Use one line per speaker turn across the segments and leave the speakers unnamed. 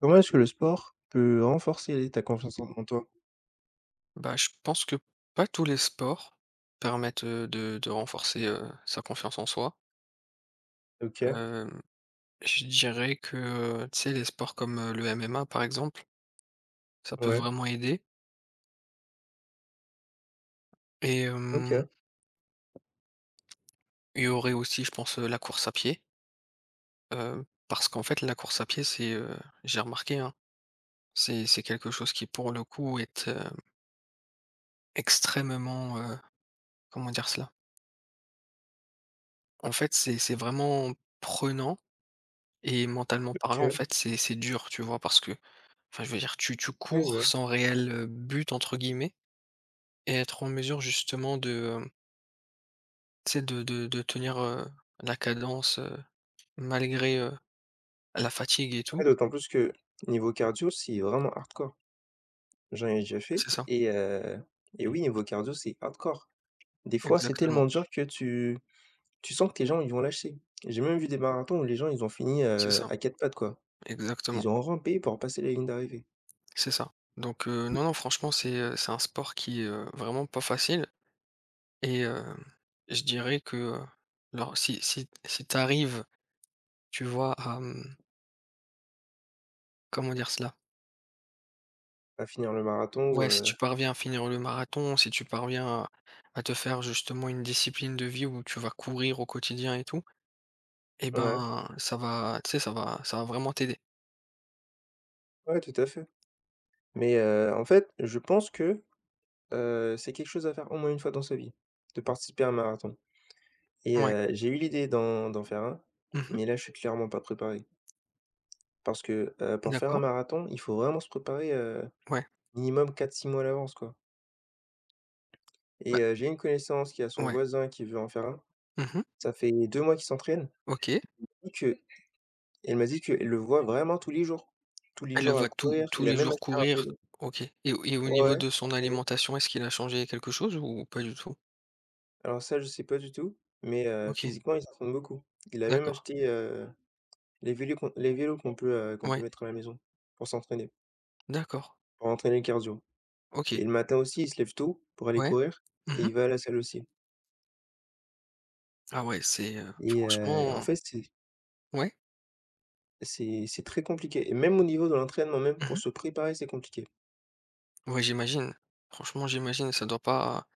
Comment est-ce que le sport peut renforcer ta confiance en toi?
Je pense que pas tous les sports permettent, de renforcer, sa confiance en soi.
OK,
Hem, je dirais que, tu sais, les sports comme, le MMA, par exemple, ça peut
ouais,
vraiment aider et
OK,
hem, il y aurait aussi, je pense, la course à pied, parce qu'en fait, la course à pied, c'est, j'ai remarqué, hein, c'est quelque chose qui, pour le coup, est, extrêmement, comment dire cela? En fait, c'est vraiment prenant et mentalement parlant, en
OK,
fait, c'est dur, tu vois? Parce que enfin, je veux dire, tu
oui,
cours
ouais.
sans réel, «but» entre guillemets et être en mesure justement de, tu sais de tenir, la cadence, malgré, la fatigue et
Ouais,
tout.
d'autant plus que niveau cardio, c'est vraiment hardcore. J'en ai déjà fait
C'est ça,
et oui, niveau cardio, c'est hardcore. Des fois, c'est tellement
exactement,
dur que tu sens que tes gens ils vont lâcher. J'ai même vu des marathons où les gens, ils ont fini,
c'est ça,
à 4 pattes, quoi.
exactement,
Ils ont rampé pour passer la ligne d'arrivée,
c'est ça. Donc non, non franchement c'est un sport qui est, vraiment pas facile et hem, je dirais que, alors si tu arrives, tu vois, à, comment dire cela?
à finir le marathon ou
Ouais, si tu parviens à finir le marathon, si tu parviens à te faire justement une discipline de vie où tu vas courir au quotidien et tout, et
ouais,
ben, ça va, tu sais, ça va vraiment t'aider.
ouais, tout à fait. Mais en fait, je pense que c'est quelque chose à faire au moins une fois dans sa vie, de participer à un marathon
Ouais.
j'ai eu l'idée d'en faire un,
Mmh.
mais là, je suis clairement pas préparé. Parce que, pour faire un
D'accord.
marathon, il faut vraiment se préparer,
Ouais.
minimum 4-6 mois à l'avance, quoi
Bah,
j'ai une connaissance qui a son
ouais.
voisin qui veut en faire un.
Mmh.
Ça fait 2 mois qu'il s'entraîne
OK.
et que, elle m'a dit qu'elle le voit vraiment tous les jours. Tous les
Elle
jours à
va tout
courir,
tous
il a
les
même
jours
acheté un
courir.
vélo.
OK et au
Ouais, ouais,
niveau de son
s'entraîner.
alimentation, est-ce qu'il a changé quelque chose ou pas du tout?
Alors ça, je sais pas du tout, mais
OK.
physiquement, il s'entraîne beaucoup. Il a même
D'accord.
acheté. Les vélos qu'on peut
Ouais.
mettre à la maison pour s'entraîner,
D'accord.
pour entraîner le cardio
OK.
et le matin aussi, il se lève tôt pour aller
Ouais.
courir et
Mmh.
il va à la salle aussi
Ah ouais, c'est,
et en
franchement
fait, c'est
ouais.
c'est c'est très compliqué et même au niveau de l'entraînement, même pour
Mmh.
se préparer, c'est compliqué.
Ouais, j'imagine. Franchement, j'imagine, ça doit pas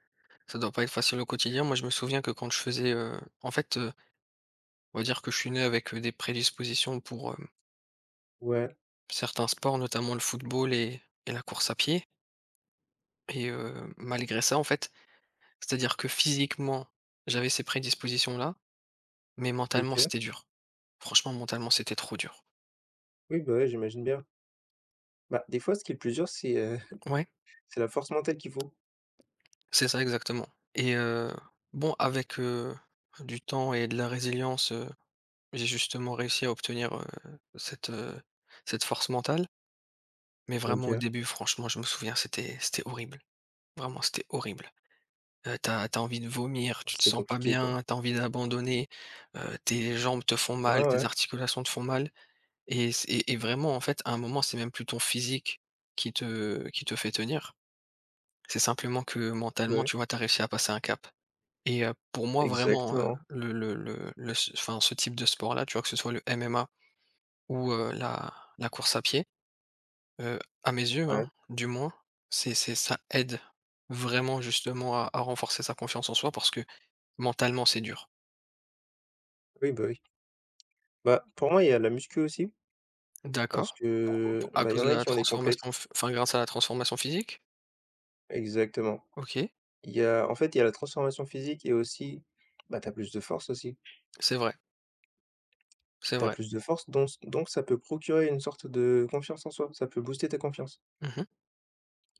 ça doit pas être facile au quotidien. Moi, je me souviens que quand je faisais, en fait, on va dire que je suis né avec, des prédispositions pour,
Ouais,
certains sports, notamment le football et la course à pied et malgré ça, en fait, c'est-à-dire que physiquement, j'avais ces prédispositions-là, mais mentalement,
OK.
c'était dur. Franchement, mentalement, c'était trop dur.
Oui, bah, ouais, j'imagine bien. Bah, des fois, ce qui est le plus dur, c'est,
Ouais,
c'est la force mentale qu'il faut.
c'est ça exactement et bon avec, du temps et de la résilience, j'ai justement réussi à obtenir, cette, cette force mentale, mais vraiment au
OK.
début, franchement, je me souviens, c'était horrible. Vraiment, c'était horrible. T'as as envie de vomir, tu te
C'était
sens pas
compliqué, quoi.
bien, t'as envie d'abandonner, tes jambes te font
Ouais,
mal, tes
ouais,
articulations te font mal et c et vraiment, en fait, à un moment, c'est même plus ton physique qui te fait tenir. C'est simplement que
bah,
mentalement,
ouais,
tu vois, tu réussi à passer un cap et pour moi, vraiment,
exactement.
le s enfin, ce type de sport-là, tu vois, que ce soit le MMA ou, la course à pied, heu, à mes yeux, hein,
Ouais.
du moins, c'est ça aide vraiment justement à renforcer sa confiance en soi parce que mentalement c'est dur.
Oui. Bah, pour moi, il y a la muscu aussi parce
D'accord. Pourquoi? Pou
que,
à
bah, il
cause
y en
de
a
la
qui ont des complexes
transformation phy enfin grâce à la transformation physique?
exactement.
OK,
Il y a En fait, il y a la transformation physique et aussi, bah, t'as plus de force aussi.
c'est vrai, c'est
T'as
vrai.
plus de force donc ça peut procurer une sorte de confiance en soi, ça peut booster ta confiance.
Mmh mh.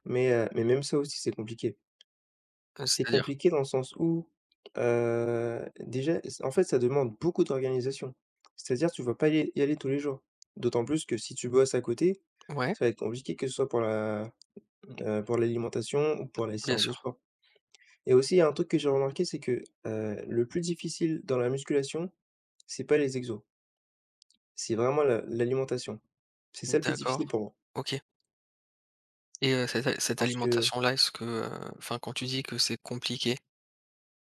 Mais même ça aussi c'est compliqué. C'est
C'est-à-dire?
compliqué dans le sens où, déjà s en fait ça demande beaucoup d'organisation. C'est-à-dire tu vas pas y aller tous les jours. D'autant plus que si tu bosses à côté,
Ouais,
ça va être compliqué que ce soit pour l'alimentation ou pour les
bien
séances de
sûr.
sport. Et aussi il y a un truc que j'ai remarqué, c'est que, le plus difficile dans la musculation, c'est pas les exos, c'est vraiment la l'alimentation. C'est ça le plus
D'accord,
difficile pour moi.
OK et cette a cette
Parce que
alimentation-là, est-ce que, enfin quand tu dis que c'est compliqué,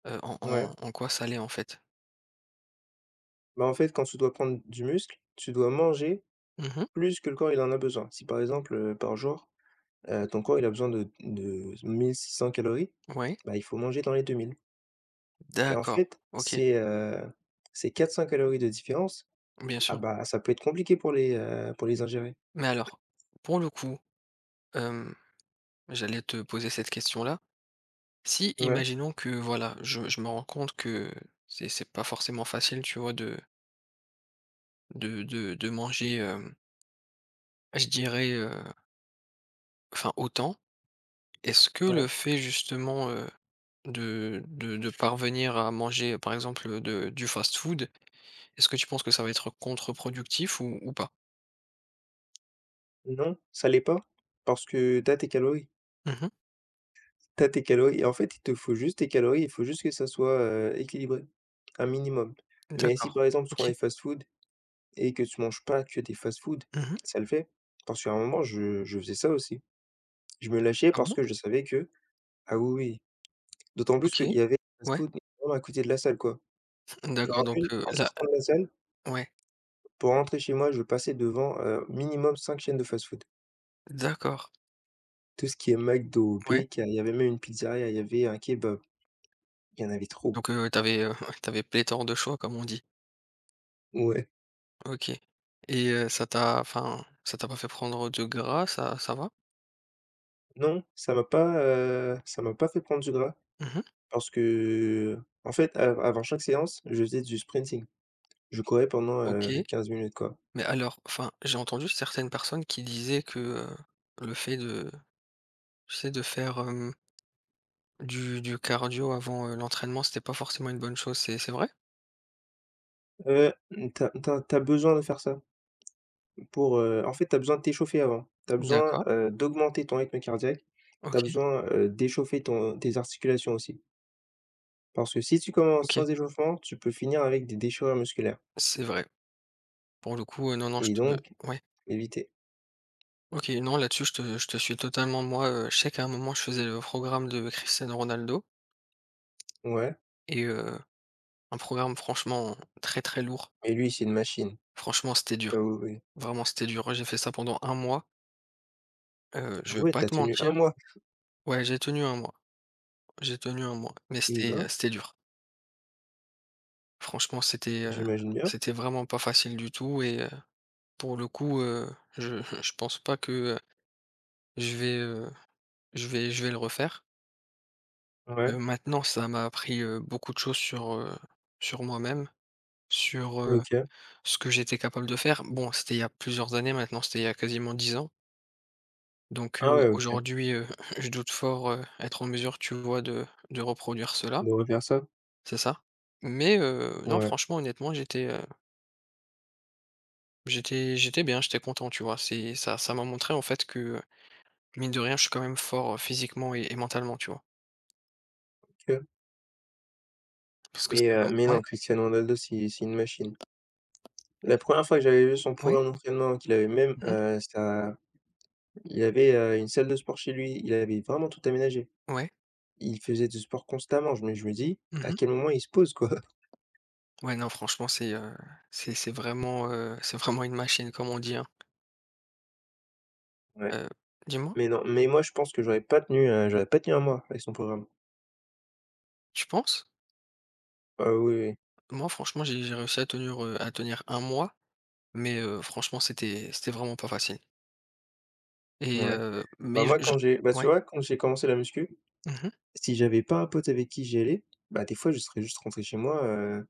en en
ouais,
en quoi ça l'est en fait?
bah, en fait, quand tu dois prendre du muscle, tu dois manger
Mmh.
plus que le corps il en a besoin. Si par exemple, par jour, ton corps il a besoin de 1600 calories,
Ouais,
bah, il faut manger dans les 2000. Et en
d'accord,
fait,
OK,
c'est 400 calories de différence,
bien
ah
sûr.
bah, ça peut être compliqué pour les ingérer.
Mais alors, pour le coup, hem, j'allais te poser cette question-là. Si,
Ouais,
imaginons que voilà, je me rends compte que c'est pas forcément facile, tu vois, de de manger, je dirais, enfin autant. Est-ce que
ouais.
le fait justement, de parvenir à manger, par exemple, de du fast-food, est-ce que tu penses que ça va être contre-productif ou pas?
Non, ça l'est pas parce que tu as tes calories.
Mmh.
Tu as tes calories et en fait, il te faut juste tes calories, il faut juste que ça soit, équilibré, un minimum. Mais si
D'accord.
par exemple, tu prends
OK.
des fast-food et que tu manges pas que des fast-food,
Mmh.
ça le fait. Parce qu'à un moment, je faisais ça aussi. Je me lâchais
Ah
parce
bon?
que je savais que. Ah oui, oui, d'autant plus
OK.
qu'il y avait des
Ouais.
fast-food à côté de la salle, quoi. Je me
D'accord donc
rappelle, en
là
sortant de la salle,
ouais.
pour rentrer chez moi, je passais devant, minimum 5 chaînes de fast-food.
D'accord.
Tout ce qui est McDo,
Ouais.
BK, il y avait même une pizzeria, il y avait un kebab, il y en avait trop.
Donc, t'avais, pléthore de choix comme on dit.
Ouais.
OK et ça t'a enfin, ça t'a pas fait prendre de gras, ça va?
Non, ça m'a pas fait prendre du gras
Mmh.
parce que, en fait, av avant chaque séance, je faisais du sprinting. Je courais pendant,
OK,
15 minutes, quoi.
mais alors enfin, j'ai entendu certaines personnes qui disaient que, le fait de tu sais, de faire, du cardio avant, l'entraînement, c'était pas forcément une bonne chose, c'est vrai?
Mmh, tu as besoin de faire ça pour, en fait, t'as besoin de t'échauffer avant. T'as besoin,
D'accord,
d'augmenter ton rythme cardiaque. T'as
OK,
besoin, d'échauffer ton tes articulations aussi. Parce que si tu commences
OK.
sans échauffement, tu peux finir avec des déchirures musculaires
C'est vrai. Pour le coup, non, non, je
et donc
te ouais.
éviter.
OK, non, là-dessus, je te suis totalement. Moi, je sais qu'à un moment, je faisais le programme de Cristiano Ronaldo
Ouais.
et heu un programme franchement très, très lourd.
Et lui, c'est une machine.
Franchement, c'était dur.
Ah oui, oui.
Vraiment, c'était dur. J'ai fait ça pendant un mois.
Ah
Je vais
ouais,
pas
t'as
te
tenu un
mentir
mois?
ouais, j'ai tenu un mois, j'ai tenu un mois, mais
Eh
c'était,
ben,
c'était dur. Franchement, c'était,
j'imagine bien.
c'était vraiment pas facile du tout et pour le coup, je je pense pas que, heu, je vais, je vais le refaire.
Ouais,
Maintenant, ça m'a appris, beaucoup de choses sur, sur moi-même, sur,
OK.
ce que j'étais capable de faire. Bon, c'était il y a plusieurs années maintenant, c'était il y a quasiment 10 ans. Donc
Ah ouais, OK.
aujourd'hui, je doute fort, être en mesure, tu vois, de reproduire cela,
Il devrait faire ça.
c'est ça. Mais non
Ouais,
franchement honnêtement j'étais, j'étais bien, j'étais content, tu vois? C'est ça ça m'a montré en fait que, mine de rien, je suis quand même fort, physiquement et mentalement, tu vois?
OK.
Parce que c'est
Mais heu,
vraiment
mais
ouais,
non, Cristiano Ronaldo, c'est une machine. La première fois que j'avais vu son
ouais,
programme d'entraînement, qu'il avait même,
mmh
sa il avait, une salle de sport chez lui, il avait vraiment tout aménagé.
ouais,
Il faisait du sport constamment, je me dis: «À
mmh.
quel moment il se pose, quoi?»
Ouais, non franchement c'est, c'est vraiment, c'est vraiment une machine comme on dit, hein.
Ouais.
Heu, dis-moi,
Mais non, mais moi je pense que j'aurais pas tenu un mois avec son programme.
tu penses?
Ah oui, oui,
Moi franchement j'ai réussi à tenir un mois mais franchement, c'était vraiment pas facile
oui.
et
Ouais. Bah,
mais je
moi
je ouais.
tu vois quand j'ai commencé la muscu,
Mmh.
si j'avais pas un pote avec qui j'y allais, bah, des fois je serais juste rentré chez moi,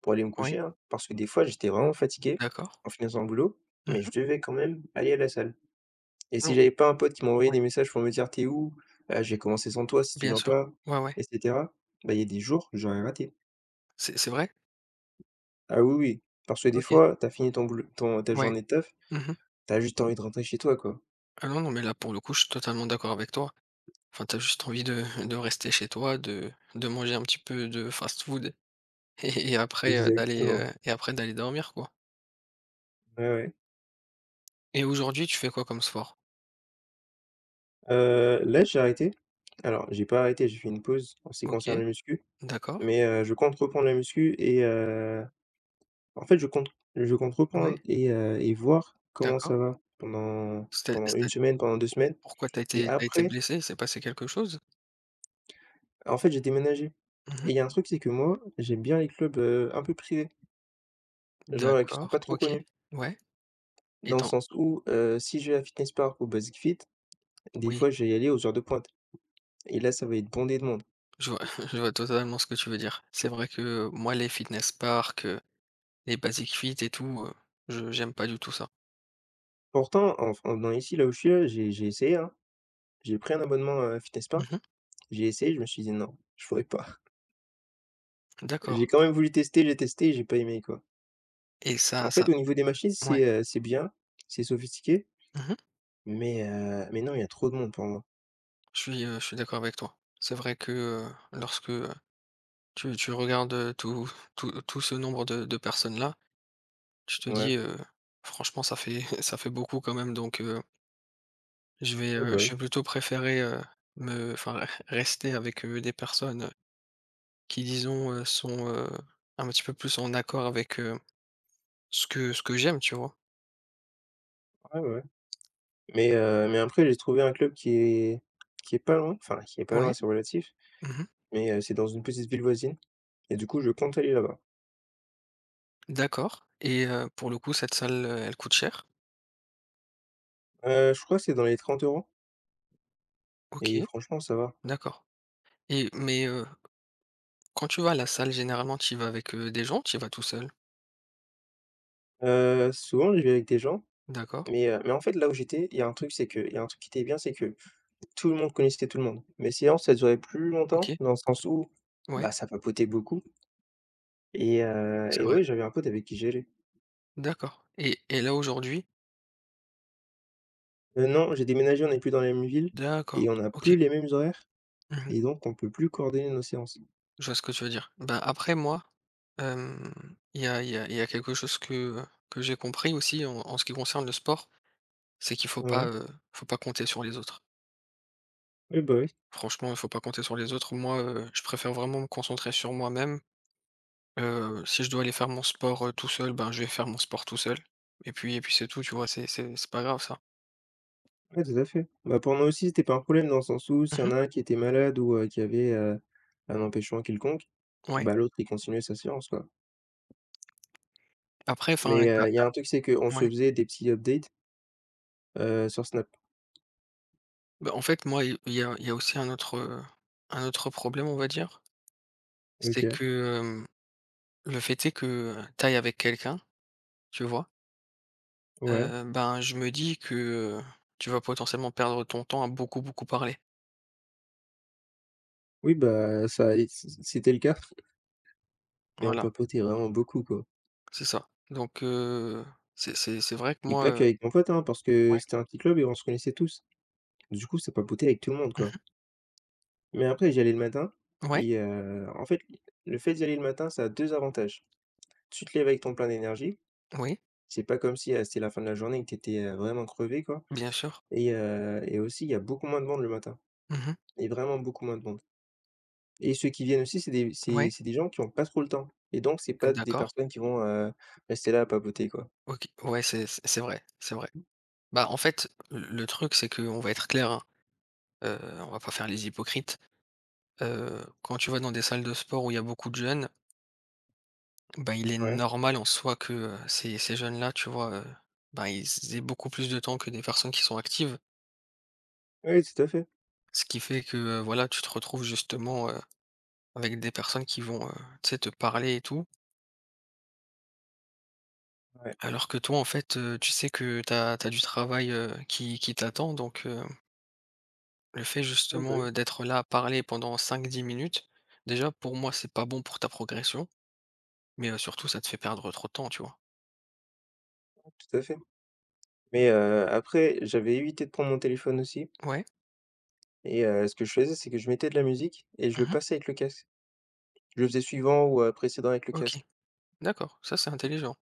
pour aller me
Ouais,
coucher, hein. Parce que des fois j'étais vraiment fatigué
d'accord.
en finissant le boulot, mais je
Mmh.
devais quand même aller à la salle. Et si
Non,
j'avais pas un pote qui m'envoyait
ouais,
des messages pour me dire: «Tu es où? J'ai commencé sans toi si tu
bien
viens
sûr.
pas»
Ouais, ouais.
et cetera, bah, il y a des jours, j'aurais raté.
C'est vrai?
Ah oui, oui, parce que des
OK.
fois, tu as fini ton boulot ton ta
Ouais.
journée de taf,
Mmh.
tu as juste envie de rentrer chez toi, quoi.
Ah non, non, mais là, pour le coup, je suis totalement d'accord avec toi. Enfin, t'as juste envie de rester chez toi, de manger un petit peu de fast-food et après, d'aller,
Exactement,
après d'aller dormir, quoi
ouais, ouais.
et aujourd'hui, tu fais quoi comme sport?
Là, j'ai arrêté. Alors, j'ai pas arrêté, j'ai fait une pause en ce qui concerne
OK,
la muscu,
d'accord.
mais je compte reprendre la muscu en fait, je compte
Ouais,
reprendre et voir comment
d'accord.
ça va pendant
C'est
une
c'est
semaine, pendant 2 semaines
pourquoi t'as
et
été t'as été
après
blessé? Il s'est passé quelque chose?
en fait, j'ai déménagé et
Mmh.
il y a un truc, c'est que moi, j'aime bien les clubs, un peu privés, genre, qui sont
D'accord,
pas trop
OK,
connus.
ouais et
Dans le
dans
sens où, si je vais à Fitness Park ou Basic Fit, des
oui,
fois, je vais y aller aux heures de pointe et là, ça va être bondé de monde.
je vois je vois totalement ce que tu veux dire. C'est vrai que, moi, les fitness parks, les Basic Fit et tout, je j'aime pas du tout ça.
Pourtant, en f en ici, là où je suis là, j'ai essayé, hein. J'ai pris un abonnement à Fitness
Mmh.
Park, j'ai essayé, je me suis dit: «Non, je pourrais pas». J'ai
D'accord
quand même voulu tester, j'ai testé, j'ai pas aimé, quoi.
et ça
En
ça
fait, au niveau des machines,
ouais,
c'est bien, c'est sophistiqué,
mmh
mais non, il y a trop de monde pour moi.
je suis d'accord avec toi. C'est vrai que, lorsque, tu regardes, tout ce nombre de personnes-là, tu te dis,
Ouais,
«Franchement, ça fait ça fait beaucoup quand même», donc
ouais, bah,
je vais
oui.
plutôt préférer, me enfin, rester avec, des personnes, qui disons, sont, un petit peu plus en accord avec, ce que j'aime, tu vois?
Ouais, ouais, ouais. Mais après, j'ai trouvé un club qui est pas loin, enfin qui est pas loin,
Ouais.
c'est relatif,
Mmh.
c'est dans une petite ville voisine et du coup, je compte aller là-bas.
D'accord et pour le coup cette salle, elle coûte cher?
Je crois que c'est dans les 30 euros.
OK,
Et franchement, ça va.
d'accord et mais, quand tu vas à la salle généralement tu y vas avec, des gens tu y vas tout seul?
Souvent, j'y vais avec des gens.
D'accord,
Mais en fait, là où j'étais, il y a un truc, c'est que il y a un truc qui était bien, c'est que tout le monde connaissait tout le monde. Mes séances, elles duraient plus longtemps
OK,
dans le sens où,
ouais,
bah, ça papotait beaucoup et heu
c'est
et
vrai.
ouais, j'avais un pote avec qui j'allais.
D'accord et là aujourd'hui?
Maintenant, j'ai déménagé, on n'est plus dans la même ville
D'accord,
et on a
OK.
plus les mêmes horaires
Mmh.
et donc on peut plus coordonner nos séances.
Je vois ce que tu veux dire. Ben après moi, hem, il y a il y a il y a quelque chose que j'ai compris aussi en ce qui concerne le sport. C'est qu'il
Ouais.
faut pas compter sur les autres.
Oui, bah, oui.
Franchement, il faut pas compter sur les autres. Moi, je préfère vraiment me concentrer sur moi-même. Si je dois aller faire mon sport, tout seul, ben, je vais faire mon sport tout seul et puis c'est tout, tu vois? C'est pas grave ça.
Ouais, tout à fait. Bah, pour nous aussi, c'était pas un problème dans le sens où s'il y en
Mmh.
a un qui était malade ou, qui avait, un empêchement quelconque,
Ouais.
bah, l'autre, il continuait sa séance, quoi.
Après enfin,
Mais,
tu
heu, il y a
as
un truc, c'est qu'on
ouais.
se faisait des petits updates, sur Snap.
Bah, en fait, moi, il y a aussi un autre problème, on va dire. C'est
OK,
que, le fait est que, avec quelqu'un, tu vois?
ouais.
Ben, je me dis que, heu, tu vas potentiellement perdre ton temps à beaucoup, beaucoup parler.
Oui, bah, ça et c'était le cas et on
Voilà.
papotait vraiment beaucoup, quoi
C'est ça. Donc c'est vrai que
et
moi,
pas qu'avec mon pote, hein, parce que
ouais.
c'était un petit club et on se connaissait tous. Du coup, ça papotait avec tout le monde, quoi
Mmh.
mais après, j'allais le matin
Ouais,
en fait, le fait d'y aller le matin, ça a 2 avantages. Tu te lèves avec ton plein d'énergie,
oui,
c'est pas comme si, c'était la fin de la journée et que t'étais vraiment crevé, quoi
bien sûr.
et aussi, il y a beaucoup moins de monde le matin
Mmh.
et vraiment beaucoup moins de monde et ceux qui viennent aussi, c'est des c'est
Ouais,
c'est des gens qui ont pas trop le temps et donc c'est pas des
d'accord.
personnes qui vont, rester là à papoter, quoi.
OK. Ouais, c'est vrai, c'est vrai. Bah, en fait, le truc, c'est que on va être clair, hein, on va pas faire les hypocrites. Quand tu vas dans des salles de sport où il y a beaucoup de jeunes, bah, il est
Ouais.
normal en soi que, ces jeunes-là, tu vois, bah, ils aient beaucoup plus de temps que des personnes qui sont actives.
Oui, tout à fait.
Ce qui fait que, voilà, tu te retrouves justement, avec des personnes qui vont, tu sais, te parler et tout.
Ouais.
Alors que toi, en fait, tu sais que t'as du travail, qui t'attend donc le fait
Oui, bah,
justement, d'être là à parler pendant 5 10 minutes, déjà pour moi, c'est pas bon pour ta progression, mais surtout ça te fait perdre trop de temps, tu vois?
oui, tout à fait. Mais, après, j'avais évité de prendre mon téléphone aussi.
Ouais.
Et ce que je faisais, c'est que je mettais de la musique et je le
Mmh.
passais avec le casque. Je le faisais suivant ou, précédent avec le
OK.
casque.
D'accord, ça, c'est intelligent.